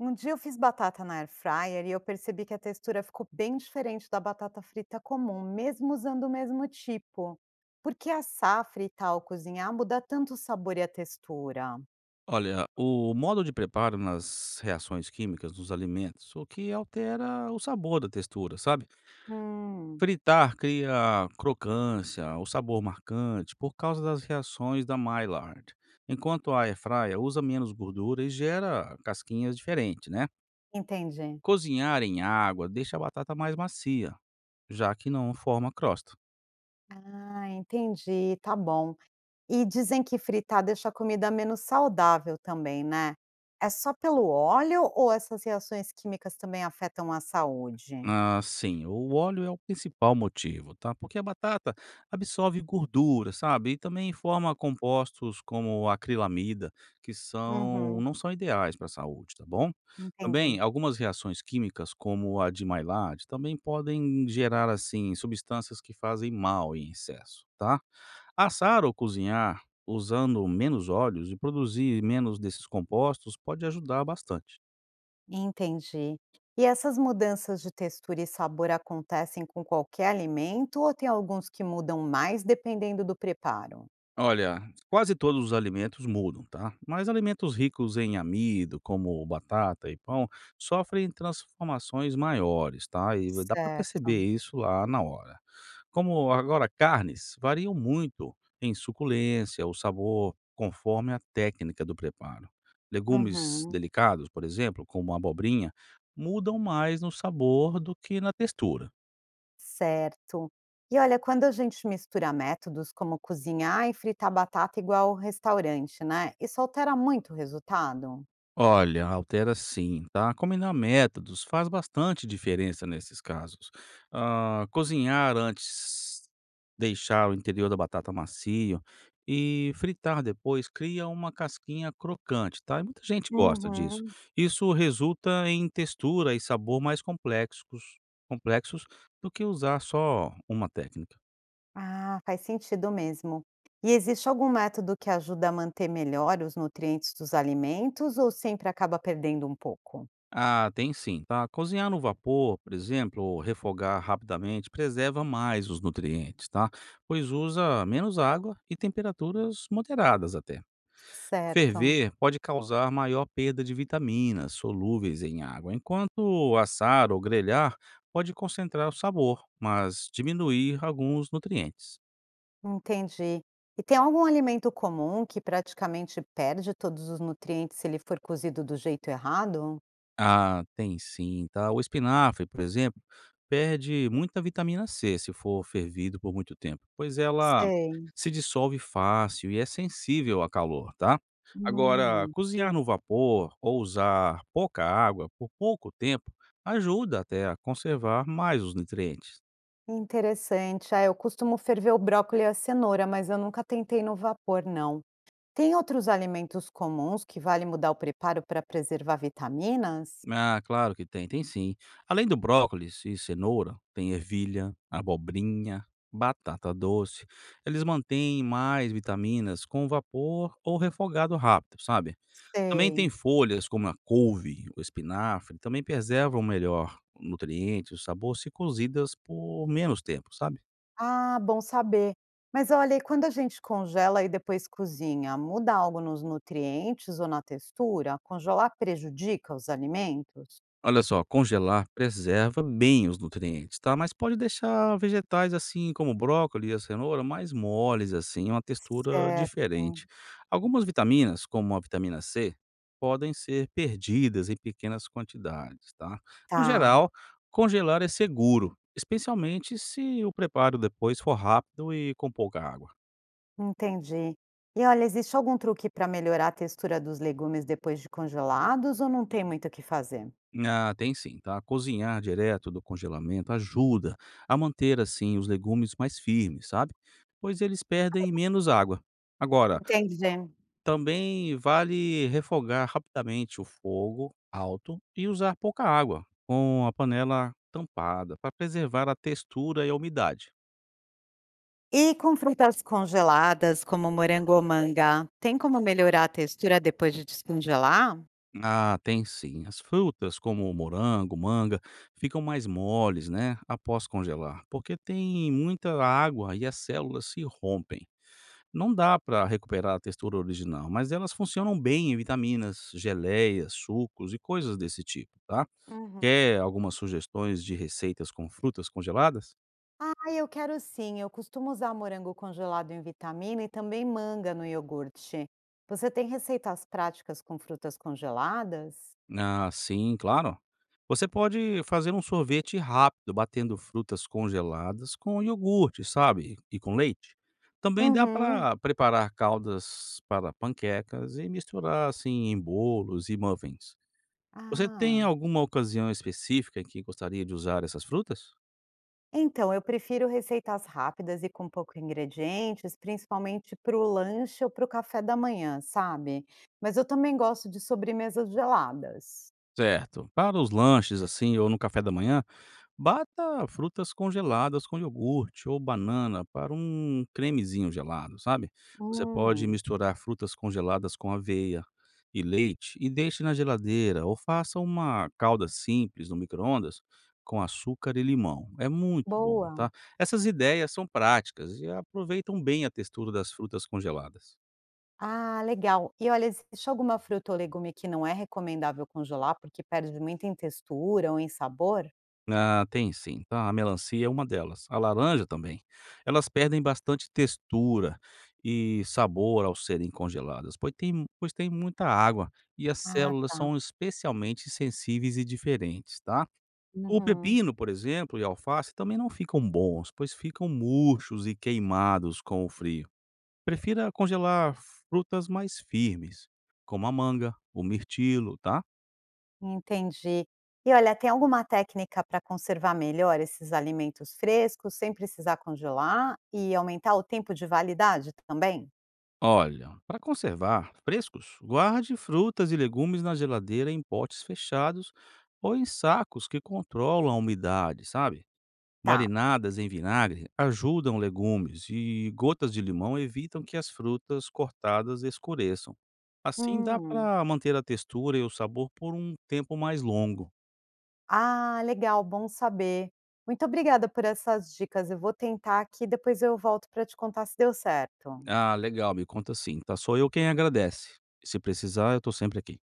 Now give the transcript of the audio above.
Um dia eu fiz batata na air fryer e eu percebi que a textura ficou bem diferente da batata frita comum, mesmo usando o mesmo tipo. Por que assar, fritar ou cozinhar muda tanto o sabor e a textura? Olha, o modo de preparo nas reações químicas dos alimentos, o que altera o sabor da textura, sabe? Hum, Fritar cria crocância, o sabor marcante, por causa das reações da Maillard, enquanto a airfryer usa menos gordura e gera casquinhas diferentes, né? entendi. Cozinhar em água deixa a batata mais macia, já que não forma crosta. Ah, entendi, tá bom. E dizem que fritar deixa a comida menos saudável também, né? É só pelo óleo ou essas reações químicas também afetam a saúde? Ah, sim, o óleo é o principal motivo, tá? Porque a batata absorve gordura, sabe? E também forma compostos como acrilamida, que são Uhum, não são ideais para a saúde, tá bom? entendi. Também algumas reações químicas, como a de Maillard, também podem gerar assim substâncias que fazem mal em excesso, tá? Assar ou cozinhar usando menos óleos e produzir menos desses compostos pode ajudar bastante. Entendi. E essas mudanças de textura e sabor acontecem com qualquer alimento ou tem alguns que mudam mais dependendo do preparo? Olha, quase todos os alimentos mudam, tá? Mas alimentos ricos em amido, como batata e pão, sofrem transformações maiores, tá? E dá para perceber Certo. isso lá na hora. Como agora carnes variam muito em suculência, o sabor, conforme a técnica do preparo. Legumes Uhum. delicados, por exemplo, como abobrinha, mudam mais no sabor do que na textura. Certo. E olha, quando a gente mistura métodos como cozinhar e fritar batata igual ao restaurante, né? Isso altera muito o resultado? Olha, altera sim, tá? Combinar métodos faz bastante diferença nesses casos. Ah, cozinhar antes, deixar o interior da batata macio e fritar depois cria uma casquinha crocante, tá? E muita gente gosta disso. Uhum. Isso resulta em textura e sabor mais complexos do que usar só uma técnica. Ah, faz sentido mesmo. E existe algum método que ajuda a manter melhor os nutrientes dos alimentos ou sempre acaba perdendo um pouco? Ah, tem sim, tá? Cozinhar no vapor, por exemplo, ou refogar rapidamente, preserva mais os nutrientes, tá? Pois usa menos água e temperaturas moderadas até. Certo, Ferver pode causar maior perda de vitaminas solúveis em água, enquanto assar ou grelhar pode concentrar o sabor, mas diminuir alguns nutrientes. entendi. E tem algum alimento comum que praticamente perde todos os nutrientes se ele for cozido do jeito errado? Ah, tem sim, tá? O espinafre, por exemplo, perde muita vitamina C se for fervido por muito tempo, pois ela Sei. se dissolve fácil e é sensível a calor, tá? Agora, Hum. cozinhar no vapor ou usar pouca água por pouco tempo ajuda até a conservar mais os nutrientes. Interessante. Ah, eu costumo ferver o brócolis e a cenoura, mas eu nunca tentei no vapor, não. Tem outros alimentos comuns que vale mudar o preparo para preservar vitaminas? Ah, claro que tem, tem sim. Além do brócolis e cenoura, tem ervilha, abobrinha, batata doce. Eles mantêm mais vitaminas com vapor ou refogado rápido, sabe? Também tem Sei. folhas como a couve, o espinafre, também preservam melhor nutrientes, o sabor se cozidas por menos tempo, sabe? Ah, bom saber. Mas olha, e quando a gente congela e depois cozinha, muda algo nos nutrientes ou na textura? Congelar prejudica os alimentos? Olha só, congelar preserva bem os nutrientes, tá? Mas pode deixar vegetais assim como brócolis e a cenoura mais moles assim, uma textura Certo, diferente. Algumas vitaminas, como a vitamina C, podem ser perdidas em pequenas quantidades, tá? No tá, geral, congelar é seguro, especialmente se o preparo depois for rápido e com pouca água. entendi. E olha, existe algum truque para melhorar a textura dos legumes depois de congelados ou não tem muito o que fazer? Ah, tem sim, tá? Cozinhar direto do congelamento ajuda a manter assim os legumes mais firmes, sabe? Pois eles perdem menos água. Agora, Entendi. também vale refogar rapidamente o fogo alto e usar pouca água, com a panela tampada, para preservar a textura e a umidade. E com frutas congeladas, como morango ou manga, tem como melhorar a textura depois de descongelar? Ah, tem sim. As frutas, como o morango, manga, ficam mais moles, né? Após congelar, porque tem muita água e as células se rompem. Não dá para recuperar a textura original, mas elas funcionam bem em vitaminas, geleias, sucos e coisas desse tipo, tá? Uhum. Quer algumas sugestões de receitas com frutas congeladas? Ah, eu quero sim. Eu costumo usar morango congelado em vitamina e também manga no iogurte. Você tem receitas práticas com frutas congeladas? Ah, sim, claro. Você pode fazer um sorvete rápido batendo frutas congeladas com iogurte, sabe? E com leite. Também dá Uhum. para preparar caldas para panquecas e misturar assim em bolos e muffins. Você tem Ah. alguma ocasião específica em que gostaria de usar essas frutas? Então, eu prefiro receitas rápidas e com pouco ingredientes, principalmente para o lanche ou para o café da manhã, sabe? Mas eu também gosto de sobremesas geladas. Certo. Para os lanches, assim, ou no café da manhã, bata frutas congeladas com iogurte ou banana para um cremezinho gelado, sabe? Você pode Hum, misturar frutas congeladas com aveia e leite e deixe na geladeira, ou faça uma calda simples no micro-ondas com açúcar e limão. É muito bom, boa. tá? Essas ideias são práticas e aproveitam bem a textura das frutas congeladas. Ah, legal. E olha, existe alguma fruta ou legume que não é recomendável congelar porque perde muito em textura ou em sabor? Ah, tem sim, tá? A melancia é uma delas. A laranja também. Elas perdem bastante textura e sabor ao serem congeladas, pois tem muita água e as Ah, células tá. são especialmente sensíveis e diferentes, tá? O Uhum, pepino, por exemplo, e a alface também não ficam bons, pois ficam murchos e queimados com o frio. Prefira congelar frutas mais firmes, como a manga, o mirtilo, tá? entendi. E olha, tem alguma técnica para conservar melhor esses alimentos frescos sem precisar congelar e aumentar o tempo de validade também? Olha, para conservar frescos, guarde frutas e legumes na geladeira em potes fechados ou em sacos que controlam a umidade, sabe? Tá. Marinadas em vinagre ajudam legumes e gotas de limão evitam que as frutas cortadas escureçam. Assim dá Hum. para manter a textura e o sabor por um tempo mais longo. Ah, legal, bom saber. Muito obrigada por essas dicas. Eu vou tentar aqui, depois eu volto para te contar se deu certo. Ah, legal, me conta sim, tá? Sou eu quem agradece. Se precisar, eu tô sempre aqui.